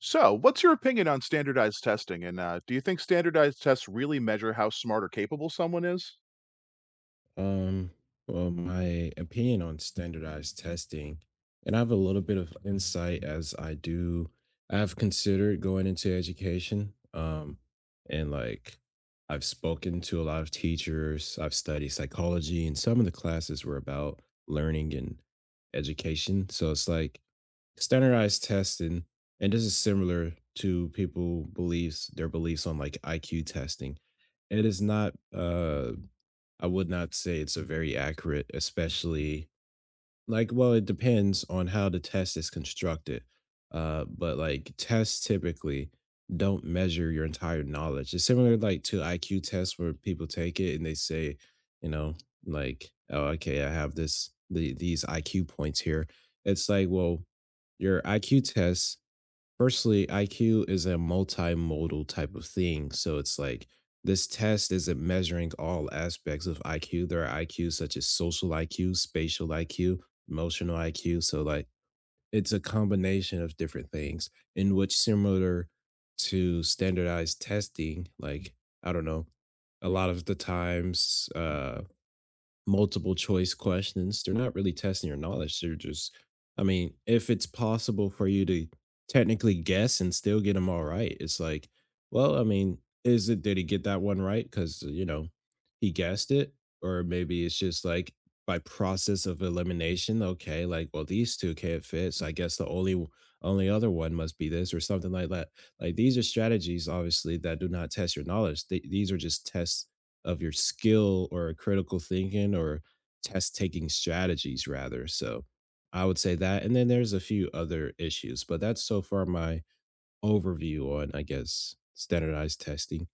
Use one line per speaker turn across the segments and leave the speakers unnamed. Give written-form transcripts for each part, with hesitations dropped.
So, what's your opinion on standardized testing? And do you think standardized tests really measure how smart or capable someone is?
Um, well, my opinion on standardized testing, and I have a little bit of insight as I do. I've considered going into education, and I've spoken to a lot of teachers. I've studied psychology, and some of the classes were about learning and education. So it's like standardized testing, and this is similar to people beliefs, their beliefs on like IQ testing. It is not, I would not say it's a very accurate, especially like, well, it depends on how the test is constructed. But like tests typically don't measure your entire knowledge. It's similar like to IQ tests where people take it and they say, you know, like, oh, okay, I have this the these IQ points here. It's like, well, your IQ test firstly, IQ is a multimodal type of thing. So it's like this test isn't measuring all aspects of IQ. There are IQs such as social IQ, spatial IQ, emotional IQ. So, like, it's a combination of different things in which, similar to standardized testing, like, I don't know, a lot of the times, multiple choice questions. They're not really testing your knowledge. They're just, I mean, if it's possible for you to technically guess and still get them all right, it's like, well, I mean, is it, did he get that one right? Because, he guessed it. Or maybe it's just like by process of elimination, okay, like, well, these two can't fit. So I guess the only other one must be this or something like that. Like these are strategies, obviously, that do not test your knowledge. These are just tests of your skill or critical thinking or test taking strategies rather. So I would say that. And then there's a few other issues, but that's so far my overview on, I guess, standardized testing.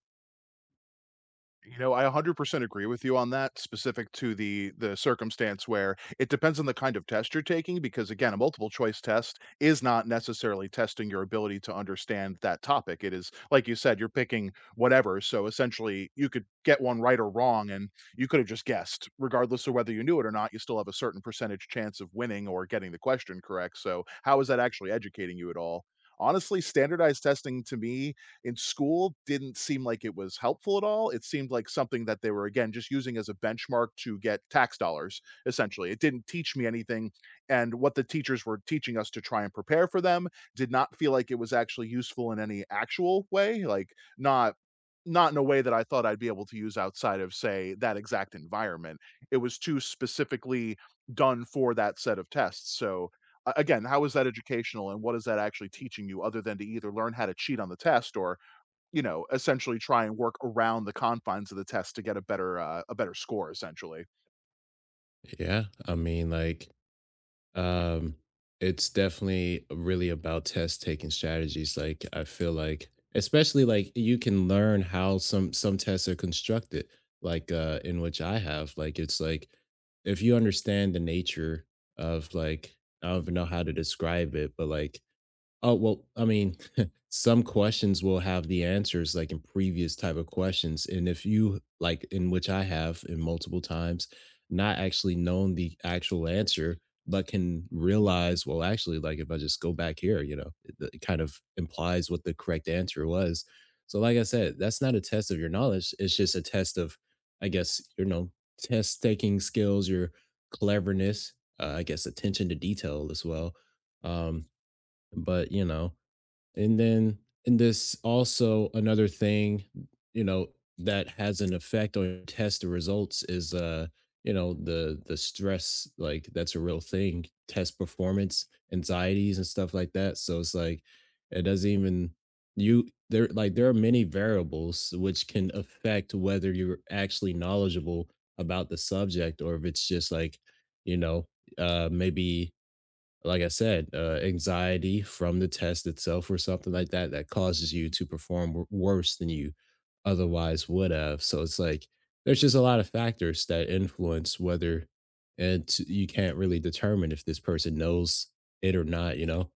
You know, I 100% agree with you on that, specific to the circumstance where it depends on the kind of test you're taking because again, a multiple choice test is not necessarily testing your ability to understand that topic. It is like you said, you're picking whatever, so essentially you could get one right or wrong and you could have just guessed. Regardless of whether you knew it or not, you still have a certain percentage chance of winning or getting the question correct. So, how is that actually educating you at all? Honestly, standardized testing to me in school didn't seem like it was helpful at all. It seemed like something that they were, again, just using as a benchmark to get tax dollars, essentially. It didn't teach me anything. And what the teachers were teaching us to try and prepare for them did not feel like it was actually useful in any actual way, like, not not in a way that I thought I'd be able to use outside of, say, that exact environment. It was too specifically done for that set of tests. So, a again, how is that educational and what is that actually teaching you other than to either learn how to cheat on the test or you know, essentially try and work around the confines of the test to get a better score essentially.
Yeah, I mean, Um, it's definitely really about test taking strategies. Like I feel like, especially like you can learn how some tests are constructed. Like in which I have, like it's like if you understand the nature of like I don't even know how to describe it, but like oh, well, I mean, some questions will have the answers like in previous type of questions. And if you like in which I have in multiple times, not actually known the actual answer, but can realize, well, actually, like if I just go back here, you know, it kind of implies what the correct answer was. So, like I said, that's not a test of your knowledge. It's just a test of, I guess, you know, test taking skills, your cleverness, I guess, attention to detail as well. Um, but you know, and then and this also another thing, you know, that has an effect on your test results is you know, the stress, like that's a real thing, test performance anxieties and stuff like that. So it's like it doesn't even you there like there are many variables which can affect whether you're actually knowledgeable about the subject, or if it's just like you know, maybe like I said, anxiety from the test itself or something like that that causes you to perform worse than you otherwise would have. So it's like there's just a lot of factors that influence whether, you can't really determine if this person knows it or not, you know?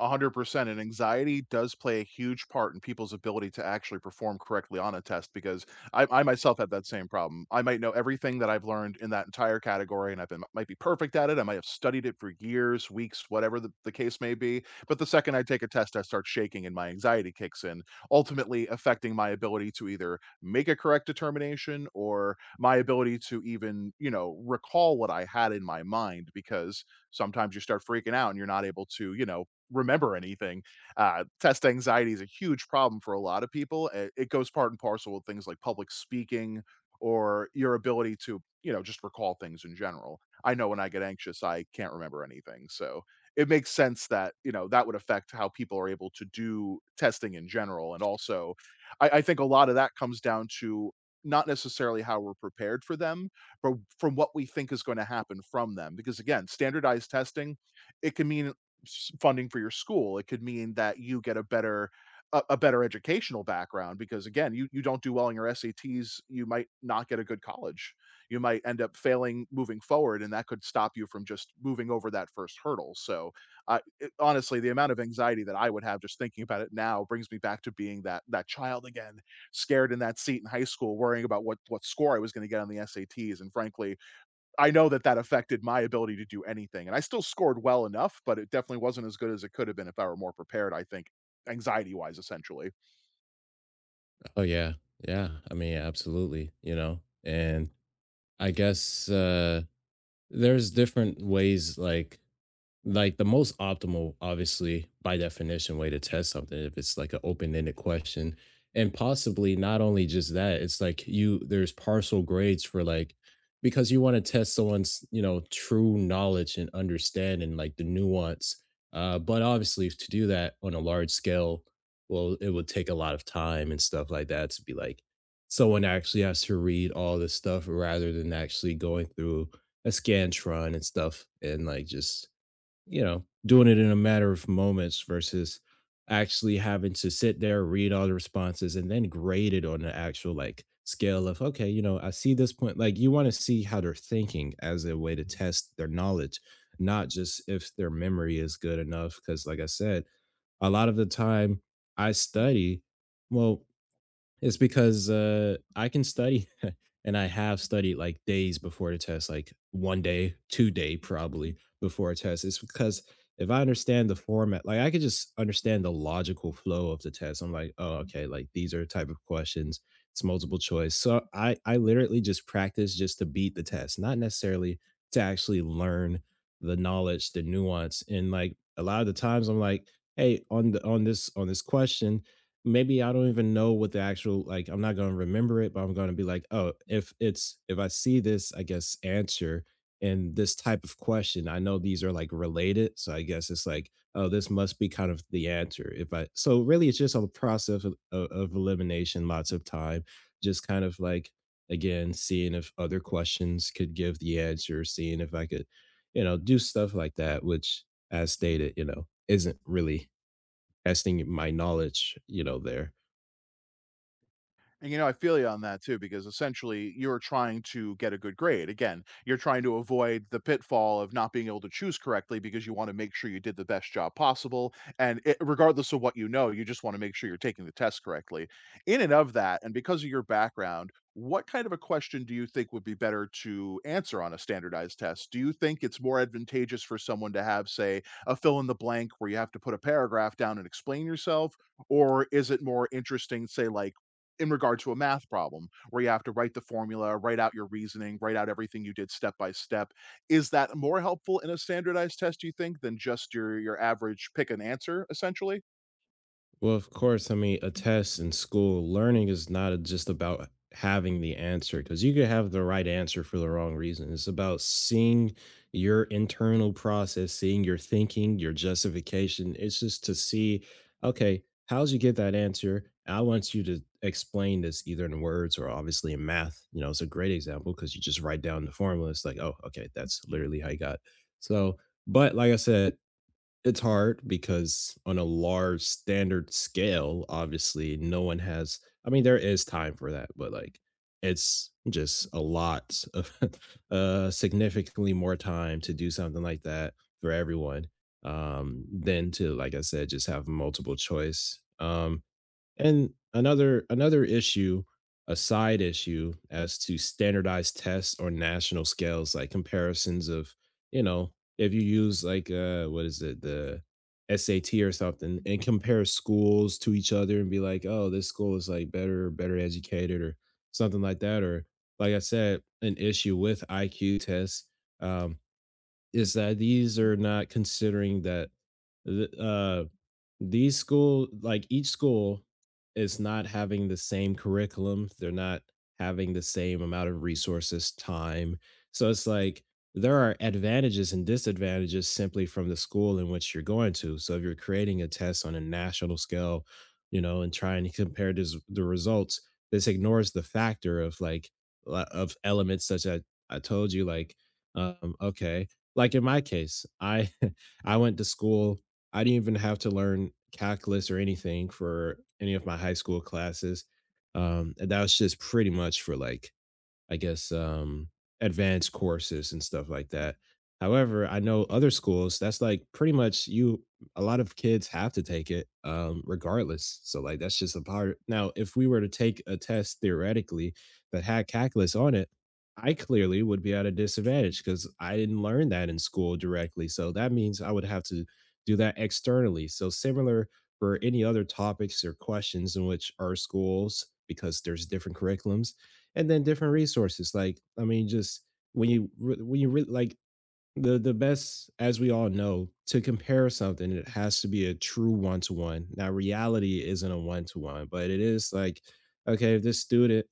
100%. And anxiety does play a huge part in people's ability to actually perform correctly on a test because I myself have that same problem. I might know everything that I've learned in that entire category and I've been might be perfect at it. I might have studied it for years, weeks, whatever the case may be. But the second I take a test, I start shaking and my anxiety kicks in, ultimately affecting my ability to either make a correct determination or my ability to even, you know, recall what I had in my mind because sometimes you start freaking out and you're not able to, you know, remember anything. Test anxiety is a huge problem for a lot of people. It goes part and parcel with things like public speaking or your ability to, you know, just recall things in general. I know when I get anxious, I can't remember anything. So it makes sense that, you know, that would affect how people are able to do testing in general. And also, I think a lot of that comes down to not necessarily how we're prepared for them, but from what we think is going to happen from them. Because again, standardized testing, it can mean funding for your school. It could mean that you get a better a better educational background because again, you don't do well in your SATs, you might not get a good college. You might end up failing moving forward, and that could stop you from just moving over that first hurdle. So, honestly, the amount of anxiety that I would have just thinking about it now brings me back to being that child again, scared in that seat in high school, worrying about what score I was going to get on the SATs. And frankly, I know that that affected my ability to do anything, and I still scored well enough, but it definitely wasn't as good as it could have been if I were more prepared, I think, anxiety-wise, essentially.
Oh, yeah. Yeah. I mean, absolutely, you know? And I guess there's different ways, like the most optimal obviously by definition way to test something if it's like an open-ended question, and possibly not only just that, it's like you there's partial grades for like because you want to test someone's, you know, true knowledge and understanding like the nuance. But obviously to do that on a large scale, well, it would take a lot of time and stuff like that, to be like someone actually has to read all this stuff rather than actually going through a scantron and stuff, and like just, you know, doing it in a matter of moments versus actually having to sit there, read all the responses, and then grade it on the actual like scale of, okay, you know, I see this point. Like you want to see how they're thinking as a way to test their knowledge, not just if their memory is good enough. Cause like I said, a lot of the time I study, well, it's because, I can study and I have studied, like, days before the test, like, 1 day, 2-day probably before a test. It's because if I understand the format, like, I could just understand the logical flow of the test. I'm like, "Oh, okay, like, these are type of questions. It's multiple choice." So I literally just practice just to beat the test, not necessarily to actually learn the knowledge, the nuance, and, like, a lot of the times I'm like, "Hey, on this on this question, maybe I don't even know what the actual like I'm not gonna remember it, but I'm gonna be like, oh, if it's if I see this, I guess answer in this type of question, I know these are like related. So I guess it's like, oh, this must be kind of the answer. If I so really it's just a process of elimination, lots of time, just kind of like again, seeing if other questions could give the answer, seeing if I could, you know, do stuff like that, which as stated, you know, isn't really testing my knowledge, you know, there.
And you know, I feel you on that too, because essentially you're trying to get a good grade. Again, you're trying to avoid the pitfall of not being able to choose correctly because you want to make sure you did the best job possible. And it, regardless of what you know, you just want to make sure you're taking the test correctly. In and of that, and because of your background, what kind of a question do you think would be better to answer on a standardized test? Do you think it's more advantageous for someone to have, say, a fill in the blank where you have to put a paragraph down and explain yourself? Or is it more interesting, say, like, in regard to a math problem where you have to write the formula, write out your reasoning, write out everything you did step by step. Is that more helpful in a standardized test, do you think, than just your average pick an answer essentially?
Well, of course, I mean, a test in school, learning is not just about having the answer because you could have the right answer for the wrong reason. It's about seeing your internal process, seeing your thinking, your justification. It's just to see, okay, how'd you get that answer? I want you to explain this either in words, or obviously in math. You know, it's a great example because you just write down the formula. It's like, oh, okay, that's literally how you got. So, but like I said, it's hard because on a large standard scale, obviously, no one has I mean, there is time for that, but, like, it's just a lot of significantly more time to do something like that for everyone, than to, like I said, just have multiple choice, and another issue, a side issue as to standardized tests or national scales, like comparisons of, you know, if you use like what is it, the SAT or something and compare schools to each other and be like, oh, this school is like better, better educated or something like that. Or like I said, an issue with IQ tests. Um, is that these are not considering that th- uh, these school like each school is not having the same curriculum, they're not having the same amount of resources, time, so it's like there are advantages and disadvantages simply from the school in which you're going to. So if you're creating a test on a national scale, you know, and trying to compare this, the results, this ignores the factor of like of elements such as I told you like okay, like in my case, I I went to school. I didn't even have to learn calculus or anything for any of my high school classes. And that was just pretty much for like I guess, advanced courses and stuff like that. However, I know other schools, that's like pretty much you a lot of kids have to take it, regardless. So, like, that's just a part. Now, if we were to take a test theoretically that had calculus on it, I clearly would be at a disadvantage because I didn't learn that in school directly. So that means I would have to do that externally. So similar for any other topics or questions in which our schools, because there's different curriculums, and then different resources, like I mean just like the best, as we all know, to compare something it has to be a true one to one. Now reality isn't a one to one, but it is like okay, if this student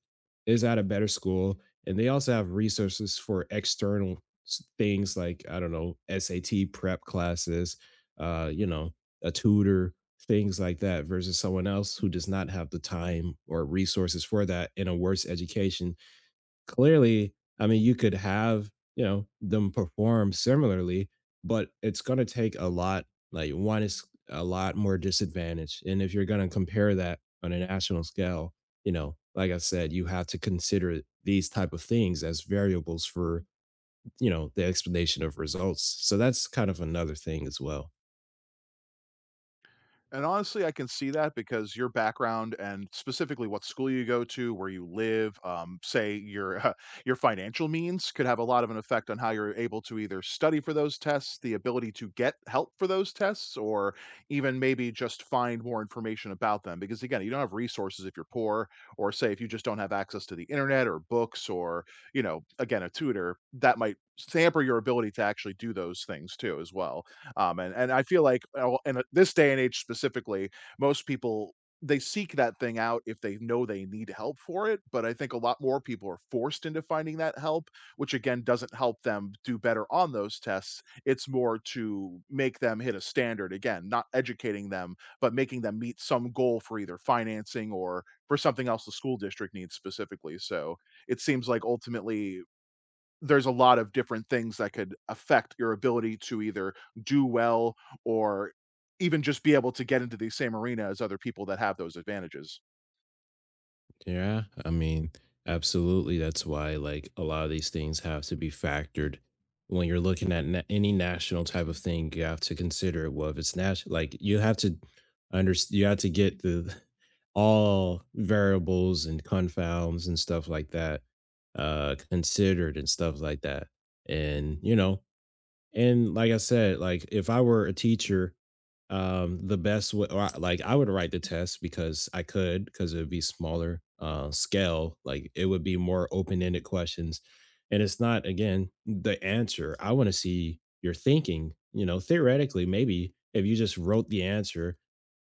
is at a better school and they also have resources for external things, like I don't know, SAT prep classes, you know, a tutor, things like that, versus someone else who does not have the time or resources for that in a worse education, clearly, I mean, you could have, you know, them perform similarly, but it's going to take a lot. Like, one is a lot more disadvantage. And if you're going to compare that on a national scale, you know, like I said, you have to consider these type of things as variables for, you know, the explanation of results. So that's kind of another thing as well.
And honestly, I can see that because your background and specifically what school you go to, where you live, say your your financial means could have a lot of an effect on how you're able to either study for those tests, the ability to get help for those tests, or even maybe just find more information about them. Because again, you don't have resources if you're poor, or say if you just don't have access to the internet or books, or you know, again, a tutor that might hamper your ability to actually do those things too as well. And I feel like in this day and age specifically, most people they seek that thing out if they know they need help for it. But I think a lot more people are forced into finding that help, which again doesn't help them do better on those tests. It's more to make them hit a standard again, not educating them, but making them meet some goal for either financing or for something else the school district needs specifically. So it seems like ultimately there's a lot of different things that could affect your ability to either do well or even just be able to get into the same arena as other people that have those advantages.
Yeah, I mean, absolutely. That's why like a lot of these things have to be factored when you're looking at any national type of thing. You have to consider, well, if it's national, like you have to understand. You have to get the all variables and confounds and stuff like that considered and stuff like that. And you know, and like I said, like if I were a teacher, the best way, like I would write the test because I could, because it would be smaller scale. Like it would be more open ended questions, and it's not again the answer. I want to see your thinking. You know, theoretically, maybe if you just wrote the answer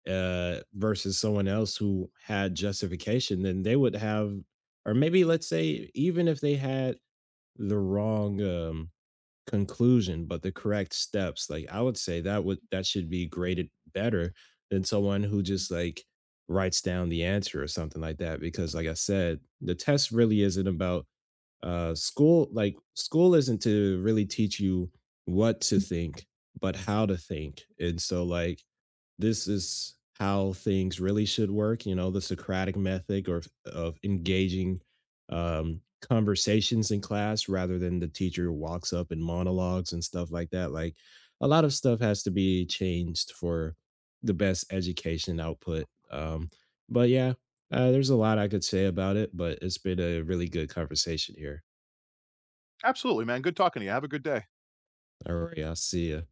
versus someone else who had justification, then they would have, or maybe let's say even if they had the wrong conclusion, but the correct steps. Like I would say that would that should be graded better than someone who just like writes down the answer or something like that. Because like I said, the test really isn't about school. Like school isn't to really teach you what to think, but how to think. And so like this is how things really should work. You know, the Socratic method or of engaging conversations in class rather than the teacher walks up and monologues and stuff like that. Like a lot of stuff has to be changed for the best education output. But yeah, there's a lot I could say about it, but it's been a really good conversation here.
Absolutely, man. Good talking to you. Have a good day.
All right, I'll see you.